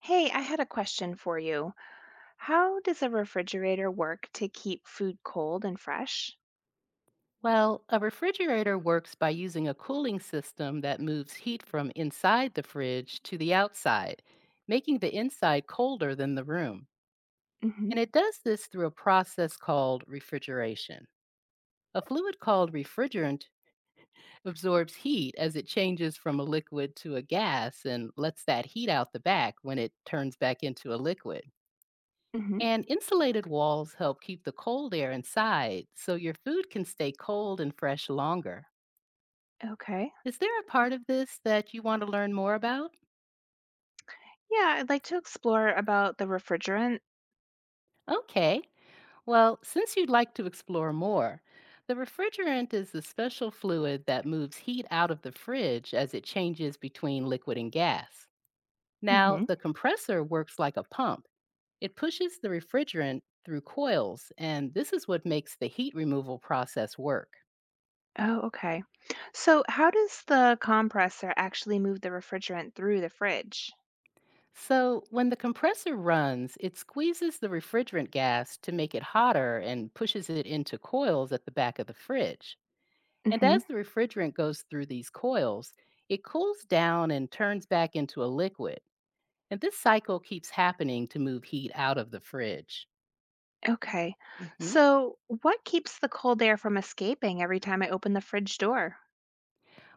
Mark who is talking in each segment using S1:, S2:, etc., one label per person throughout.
S1: Hey, I had a question for you. How does a refrigerator work to keep food cold and fresh?
S2: Well, a refrigerator works by using a cooling system that moves heat from inside the fridge to the outside, making the inside colder than the room.
S1: Mm-hmm.
S2: And it does this through a process called refrigeration. A fluid called refrigerant absorbs heat as it changes from a liquid to a gas and lets that heat out the back when it turns back into a liquid.
S1: Mm-hmm.
S2: And insulated walls help keep the cold air inside so your food can stay cold and fresh longer.
S1: Okay.
S2: Is there a part of this that you want to learn more about?
S1: Yeah, I'd like to explore about the refrigerant.
S2: Okay. Well, since you'd like to explore more, the refrigerant is the special fluid that moves heat out of the fridge as it changes between liquid and gas. Now,
S1: Mm-hmm.
S2: the compressor works like a pump. It pushes the refrigerant through coils, and this is what makes the heat removal process work.
S1: Oh, okay. So how does the compressor actually move the refrigerant through the fridge?
S2: So, when the compressor runs, it squeezes the refrigerant gas to make it hotter and pushes it into coils at the back of the fridge. And
S1: Mm-hmm.
S2: as the refrigerant goes through these coils, it cools down and turns back into a liquid. And this cycle keeps happening to move heat out of the fridge.
S1: Okay.
S2: Mhm.
S1: So what keeps the cold air from escaping every time I open the fridge door?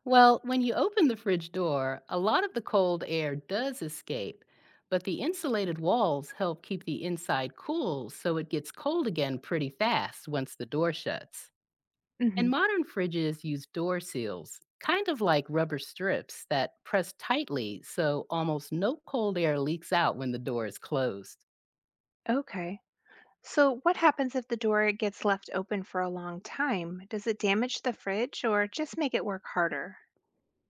S2: Well, when you open the fridge door, a lot of the cold air does escape, but the insulated walls help keep the inside cool so it gets cold again pretty fast once the door shuts.
S1: Mm-hmm.
S2: And modern fridges use door seals, kind of like rubber strips that press tightly so almost no cold air leaks out when the door is closed.
S1: Okay. So, what happens if the door gets left open for a long time? Does it damage the fridge or just make it work harder?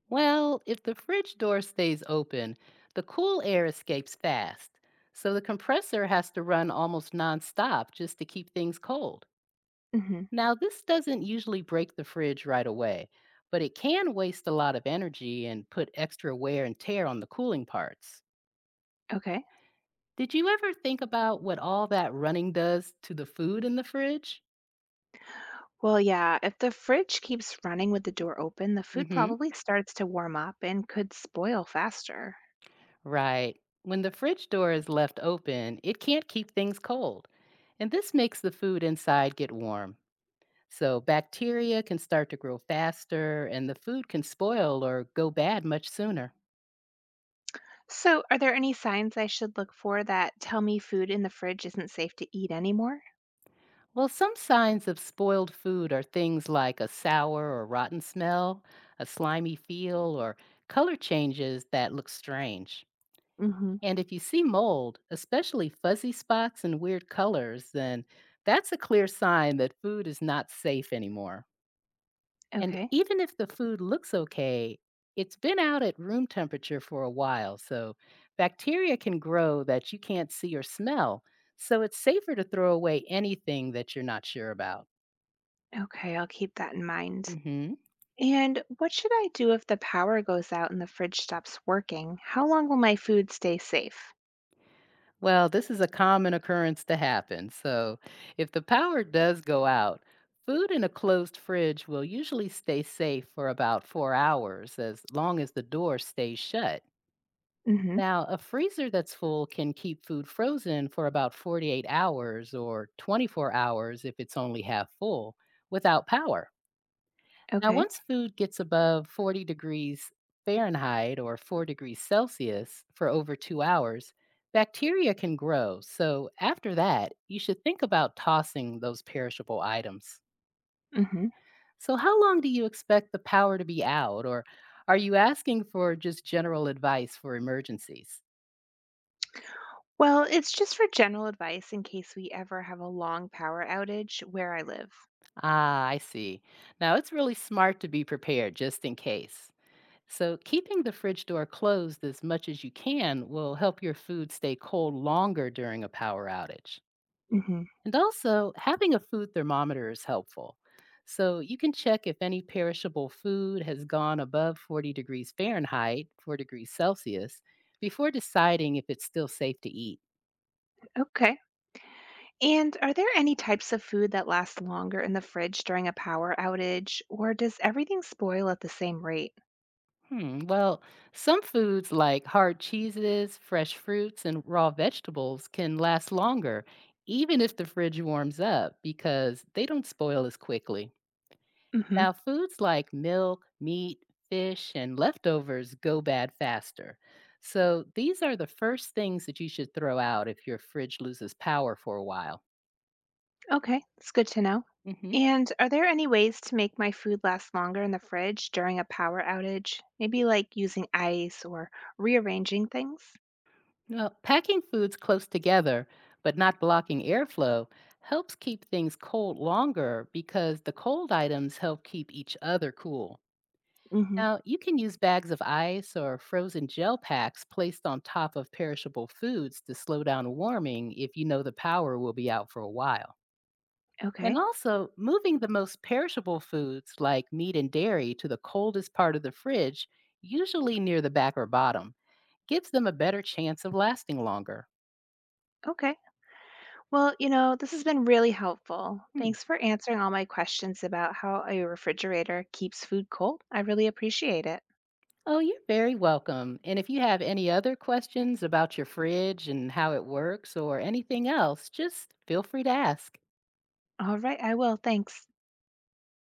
S2: Well, if the fridge door stays open, the cool air escapes fast, so the compressor has to run almost nonstop just to keep things cold.
S1: Hmm.
S2: Now, this doesn't usually break the fridge right away, but it can waste a lot of energy and put extra wear and tear on the cooling parts.
S1: Okay.
S2: Did you ever think about what all that running does to the food in the fridge?
S1: Well, yeah, if the fridge keeps running with the door open, the food
S2: Hmm.
S1: probably starts to warm up and could spoil faster.
S2: Right. When the fridge door is left open, it can't keep things cold. And this makes the food inside get warm. So bacteria can start to grow faster and the food can spoil or go bad much sooner.
S1: So, are there any signs I should look for that tell me food in the fridge isn't safe to eat anymore?
S2: Well, some signs of spoiled food are things like a sour or rotten smell, a slimy feel, or color changes that look strange.
S1: Hmm.
S2: And if you see mold, especially fuzzy spots and weird colors, then that's a clear sign that food is not safe anymore. And
S1: Okay.
S2: even if the food looks okay, it's been out at room temperature for a while, so bacteria can grow that you can't see or smell. So it's safer to throw away anything that you're not sure about.
S1: Okay, I'll keep that in mind.
S2: Mhm.
S1: And what should I do if the power goes out and the fridge stops working? How long will my food stay safe?
S2: Well, this is a common occurrence to happen. So, if the power does go out, food in a closed fridge will usually stay safe for about 4 hours as long as the door stays shut. Now, a freezer that's full can keep food frozen for about 48 hours or 24 hours if it's only half full without power. Now,
S1: Okay.
S2: once food gets above 40 degrees Fahrenheit or 4 degrees Celsius for over 2 hours, bacteria can grow. So, after that, you should think about tossing those perishable items.
S1: Hmm.
S2: So, how long do you expect the power to be out? Or are you asking for just general advice for emergencies?
S1: Well, it's just for general advice in case we ever have a long power outage where I live.
S2: Ah, I see. Now, it's really smart to be prepared just in case. So, keeping the fridge door closed as much as you can will help your food stay cold longer during a power outage.
S1: Hmm.
S2: And also, having a food thermometer is helpful. So, you can check if any perishable food has gone above 40 degrees Fahrenheit, 4 degrees Celsius, before deciding if it's still safe to eat.
S1: Okay. And are there any types of food that last longer in the fridge during a power outage, or does everything spoil at the same rate?
S2: Hmm. Well, some foods like hard cheeses, fresh fruits, and raw vegetables can last longer, even if the fridge warms up, because they don't spoil as quickly.
S1: Hmm.
S2: Now, foods like milk, meat, fish, and leftovers go bad faster. So, these are the first things that you should throw out if your fridge loses power for a while.
S1: Okay, it's good to know.
S2: Mhm.
S1: And are there any ways to make my food last longer in the fridge during a power outage? Maybe like using ice or rearranging things?
S2: Well, packing foods close together, but not blocking airflow, helps keep things cold longer because the cold items help keep each other cool.
S1: Hmm.
S2: Now, you can use bags of ice or frozen gel packs placed on top of perishable foods to slow down warming if you know the power will be out for a while. And
S1: Okay,
S2: also, moving the most perishable foods like meat and dairy to the coldest part of the fridge, usually near the back or bottom, gives them a better chance of lasting longer.
S1: okay. Well, this has been really helpful.
S2: Hmm.
S1: Thanks for answering all my questions about how a refrigerator keeps food cold. I really appreciate it.
S2: Oh, you're very welcome. And if you have any other questions about your fridge and how it works or anything else, just feel free to ask.
S1: All right, I will. Thanks.